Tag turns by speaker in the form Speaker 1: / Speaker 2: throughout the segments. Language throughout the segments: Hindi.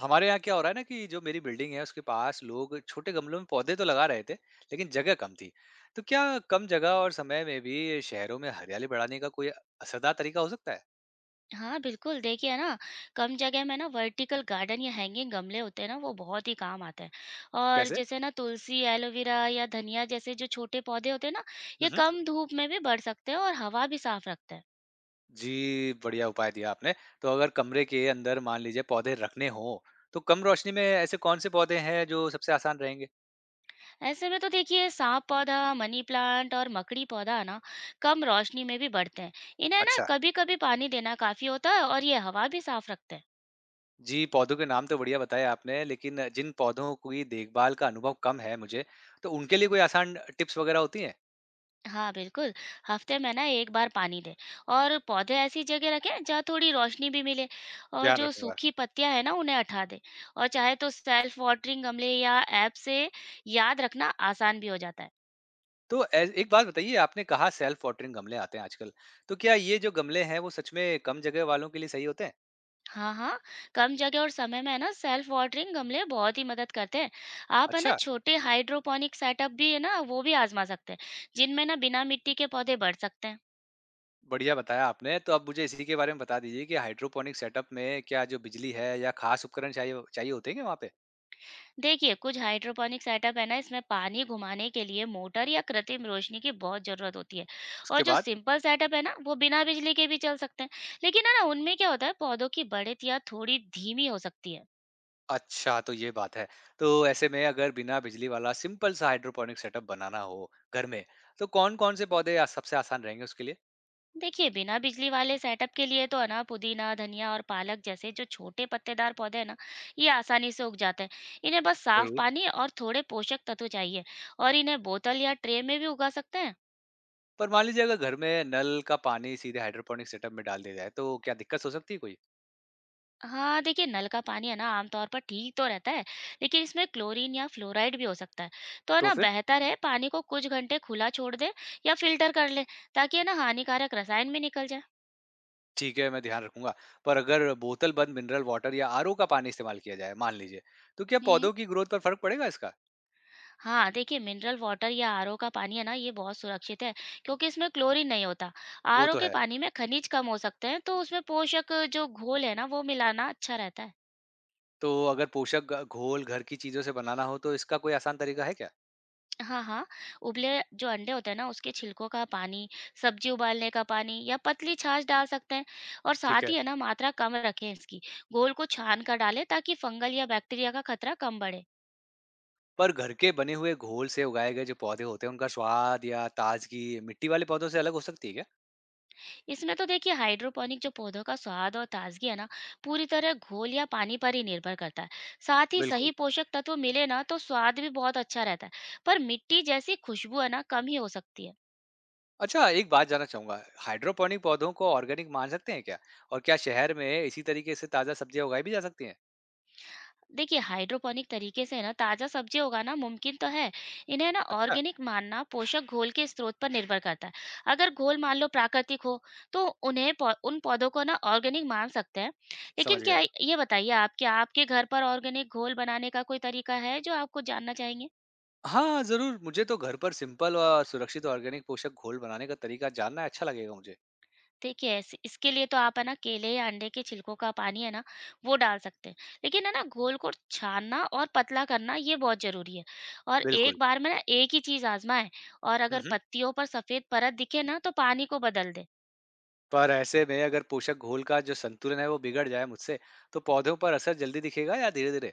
Speaker 1: हमारे यहाँ क्या हो रहा है ना कि जो मेरी बिल्डिंग है उसके पास लोग छोटे गमलों में पौधे तो लगा रहे थे लेकिन जगह कम थी। तो क्या कम जगह और समय में भी शहरों में हरियाली बढ़ाने का कोई असरदार तरीका हो सकता है?
Speaker 2: हाँ, बिल्कुल, देखिए ना, कम जगह में ना वर्टिकल गार्डन या हैंगिंग गमले होते हैं ना, वो बहुत ही काम आते हैं। और
Speaker 1: कैसे?
Speaker 2: जैसे ना तुलसी, एलोवेरा या धनिया जैसे जो छोटे पौधे होते हैं ना, ये
Speaker 1: हम्म।
Speaker 2: कम धूप में भी बढ़ सकते हैं और हवा भी साफ रखते हैं।
Speaker 1: जी, बढ़िया उपाय दिया आपने। तो अगर कमरे के अंदर मान लीजिए पौधे रखने हो, तो कम रोशनी में ऐसे कौन से पौधे हैं जो सबसे आसान रहेंगे?
Speaker 2: ऐसे में तो देखिए सांप पौधा, मनी प्लांट और मकड़ी पौधा है ना, कम रोशनी में भी बढ़ते हैं। इन्हें ना
Speaker 1: अच्छा।
Speaker 2: कभी-कभी पानी देना काफ़ी होता है और ये हवा भी साफ रखते हैं।
Speaker 1: जी, पौधों के नाम तो बढ़िया बताए आपने, लेकिन जिन पौधों की देखभाल का अनुभव कम है मुझे, तो उनके लिए कोई आसान टिप्स वगैरह होती हैं?
Speaker 2: हाँ, बिल्कुल, हफ्ते में ना 1 बार पानी दें और पौधे ऐसी जगह रखें जहाँ थोड़ी रोशनी भी मिले और
Speaker 1: ध्यान
Speaker 2: जो
Speaker 1: रखूंगा।
Speaker 2: सूखी पत्तियाँ हैं ना उन्हें हटा दें। और चाहे तो सेल्फ वाटरिंग गमले या ऐप से याद रखना आसान भी हो जाता है।
Speaker 1: तो ऐस एक बात बताइए, आपने कहा सेल्फ वाटरिंग गमले आते हैं आजकल, तो क्या ये जो गमले हैं वो सच में कम जगह वालों के लिए सही होते हैं?
Speaker 2: हाँ, हाँ, कम जगह और समय में है ना सेल्फ वाटरिंग गमले बहुत ही मदद करते हैं। आप है ना
Speaker 1: अच्छा,
Speaker 2: छोटे हाइड्रोपोनिक सेटअप भी है ना वो भी आज़मा सकते हैं, जिनमें ना बिना मिट्टी के पौधे बढ़ सकते हैं।
Speaker 1: बढ़िया बताया आपने। तो अब मुझे इसी के बारे में बता दीजिए कि हाइड्रोपोनिक सेटअप में क्या जो बिजली है या खास उपकरण चाहिए चाहिए होते हैं क्या वहाँ पे?
Speaker 2: देखिए कुछ हाइड्रोपोनिक सेटअप है ना इसमें पानी घुमाने के लिए मोटर या कृत्रिम रोशनी की बहुत जरूरत होती है। और
Speaker 1: उसके
Speaker 2: जो
Speaker 1: बाद?
Speaker 2: सिंपल सेटअप है ना वो बिना बिजली के भी चल सकते हैं, लेकिन है ना उनमें क्या होता है पौधों की बढ़त या थोड़ी धीमी हो सकती है।
Speaker 1: अच्छा, तो ये बात है। तो ऐसे में अगर बिना बिजली वाला सिंपल सा हाइड्रोपोनिक सेटअप बनाना हो घर में, तो कौन-कौन से पौधे आ सबसे आसान रहेंगे उसके लिए?
Speaker 2: देखिए बिना बिजली वाले सेटअप के लिए तो है ना पुदीना धनिया और पालक जैसे जो छोटे पत्तेदार पौधे हैं ना ये आसानी से उग जाते हैं। इन्हें बस साफ
Speaker 1: ज़रूर।
Speaker 2: पानी और थोड़े पोषक तत्व चाहिए, और इन्हें बोतल या ट्रे में भी उगा सकते हैं।
Speaker 1: पर मान लीजिए अगर घर में नल का पानी सीधे हाइड्रोपोनिक सेटअप में डाल दिया जाए, तो क्या दिक्कत हो सकती है कोई?
Speaker 2: हाँ देखिए नल का पानी है ना आमतौर पर ठीक तो रहता है, लेकिन इसमें क्लोरीन या फ्लोराइड भी हो सकता है। तो है
Speaker 1: तो
Speaker 2: ना
Speaker 1: फिर?
Speaker 2: बेहतर है पानी को कुछ घंटे खुला छोड़ दे या फिल्टर कर ले, ताकि है ना हानिकारक रसायन भी निकल जाए।
Speaker 1: ठीक है, मैं ध्यान रखूँगा। पर अगर बोतल बंद मिनरल वाटर या आरओ का पानी इस्तेमाल किया जाए, मान लीजिए, तो क्या
Speaker 2: हम्म।
Speaker 1: पौधों की ग्रोथ पर फ़र्क पड़ेगा इसका?
Speaker 2: हाँ देखिए मिनरल वाटर या आरओ का पानी है ना ये बहुत सुरक्षित है, क्योंकि इसमें क्लोरीन नहीं होता।
Speaker 1: वो
Speaker 2: आरओ
Speaker 1: तो
Speaker 2: के
Speaker 1: है।
Speaker 2: पानी में खनिज कम हो सकते हैं, तो उसमें पोषक जो घोल है ना वो मिलाना अच्छा रहता है।
Speaker 1: तो अगर पोषक घोल घर की चीज़ों से बनाना हो, तो इसका कोई आसान तरीका है क्या?
Speaker 2: हाँ, हाँ, उबले जो अंडे होते हैं ना उसके छिलकों का पानी, सब्ज़ी उबालने का पानी या पतली छाछ डाल सकते हैं। और
Speaker 1: ठीक
Speaker 2: साथ
Speaker 1: है।
Speaker 2: ही है ना मात्रा कम रखें इसकी। घोल को छान कर डालें ताकि फंगल या बैक्टीरिया का खतरा कम बढ़े।
Speaker 1: पर घर के बने हुए घोल से उगाए गए जो पौधे होते हैं, उनका स्वाद या ताज़गी मिट्टी वाले पौधों से अलग हो सकती है क्या?
Speaker 2: इसमें तो देखिए हाइड्रोपोनिक जो पौधों का स्वाद और ताजगी है ना पूरी तरह घोल या पानी पर ही निर्भर करता है। साथ ही सही
Speaker 1: बिल्कुल।
Speaker 2: पोषक तत्व मिले ना तो स्वाद भी बहुत अच्छा रहता है। पर मिट्टी जैसी खुशबू है ना कम ही हो सकती है।
Speaker 1: अच्छा, एक बात जानना चाहूँगा, हाइड्रोपोनिक पौधों को ऑर्गेनिक मान सकते हैं क्या? और क्या शहर में इसी तरीके से ताज़ा सब्जियाँ उगाई भी जा सकती हैं?
Speaker 2: देखिए हाइड्रोपोनिक तरीके से ना ताजा सब्जी उगाना मुमकिन तो है। इन्हें ना
Speaker 1: अच्छा,
Speaker 2: ऑर्गेनिक मानना पोषक घोल के स्रोत पर निर्भर करता है। अगर घोल मान लो प्राकृतिक हो तो उन पौधों को ना ऑर्गेनिक मान सकते हैं। लेकिन
Speaker 1: समझ
Speaker 2: क्या
Speaker 1: गया।
Speaker 2: ये बताइए, आप क्या आपके घर पर ऑर्गेनिक घोल बनाने का कोई तरीका है जो आपको जानना चाहेंगे?
Speaker 1: हाँ, ज़रूर। मुझे तो घर पर सिंपल और सुरक्षित ऑर्गेनिक पोषक घोल बनाने का तरीका जानना अच्छा लगेगा मुझे।
Speaker 2: देखिए ऐसे इसके लिए तो आप है ना केले या अंडे के छिलकों का पानी है ना वो डाल सकते हैं। लेकिन है ना घोल को छानना और पतला करना ये बहुत ज़रूरी है, और
Speaker 1: बिल्कुल।
Speaker 2: एक बार में ना एक ही चीज़ आज़माएँ। और
Speaker 1: हुँ,
Speaker 2: अगर
Speaker 1: हुँ।
Speaker 2: पत्तियों पर सफ़ेद परत दिखे ना तो पानी को बदल दें।
Speaker 1: पर ऐसे में अगर पोषक घोल का जो संतुलन है वो बिगड़ जाए मुझसे, तो पौधों पर असर जल्दी दिखेगा या धीरे-धीरे?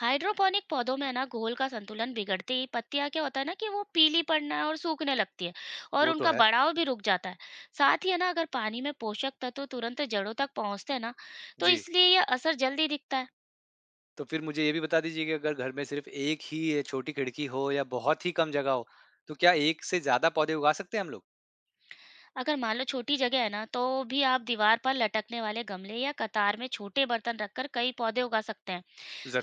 Speaker 2: हाइड्रोपोनिक पौधों में है ना घोल का संतुलन बिगड़ते ही पत्तियाँ क्या होता है ना कि वो पीली पड़ना और सूखने लगती है, और
Speaker 1: वो तो
Speaker 2: उनका
Speaker 1: है।
Speaker 2: बढ़ाव भी रुक जाता है। साथ ही है ना अगर पानी में पोषक तत्व तुरंत जड़ों तक पहुँचते हैं ना तो
Speaker 1: जी।
Speaker 2: इसलिए यह असर जल्दी दिखता है।
Speaker 1: तो फिर मुझे ये भी बता दीजिए कि अगर घर में सिर्फ़ एक ही ये छोटी खिड़की हो या बहुत ही कम जगह हो, तो क्या एक से ज़्यादा पौधे उगा सकते हैं हम लोग?
Speaker 2: अगर मान लो छोटी जगह है ना, तो भी आप दीवार पर लटकने वाले गमले या कतार में छोटे बर्तन रखकर कई पौधे उगा सकते हैं।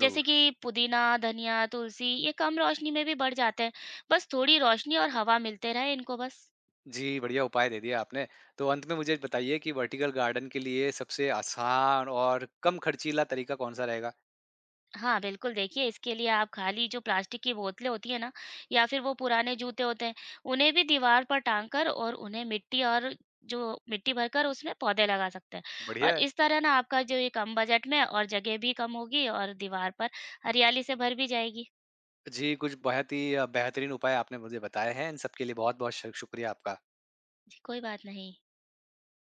Speaker 2: जैसे कि पुदीना, धनिया, तुलसी ये कम रोशनी में भी बढ़ जाते हैं। बस थोड़ी रोशनी और हवा मिलते रहे इनको बस।
Speaker 1: जी, बढ़िया उपाय दे दिए आपने। तो अंत में मुझे बताइए कि वर्टिकल गार्डन के लिए सबसे आसान और कम खर्चीला तरीका कौन-सा रहेगा?
Speaker 2: हाँ, बिल्कुल देखिए इसके लिए आप खाली जो प्लास्टिक की बोतलें होती हैं ना या फिर वो पुराने जूते होते हैं, उन्हें भी दीवार पर टाँग कर और उन्हें मिट्टी और जो मिट्टी भरकर उसमें पौधे लगा सकते हैं।
Speaker 1: बढ़िया
Speaker 2: और
Speaker 1: है।
Speaker 2: इस तरह ना आपका जो ये कम बजट में और जगह भी कम होगी और दीवार पर हरियाली से भर भी जाएगी।
Speaker 1: जी, कुछ बहुत ही बेहतरीन उपाय आपने मुझे बताए हैं। इन सब के लिए बहुत-बहुत श शुक्रिया आपका।
Speaker 2: जी, कोई बात नहीं।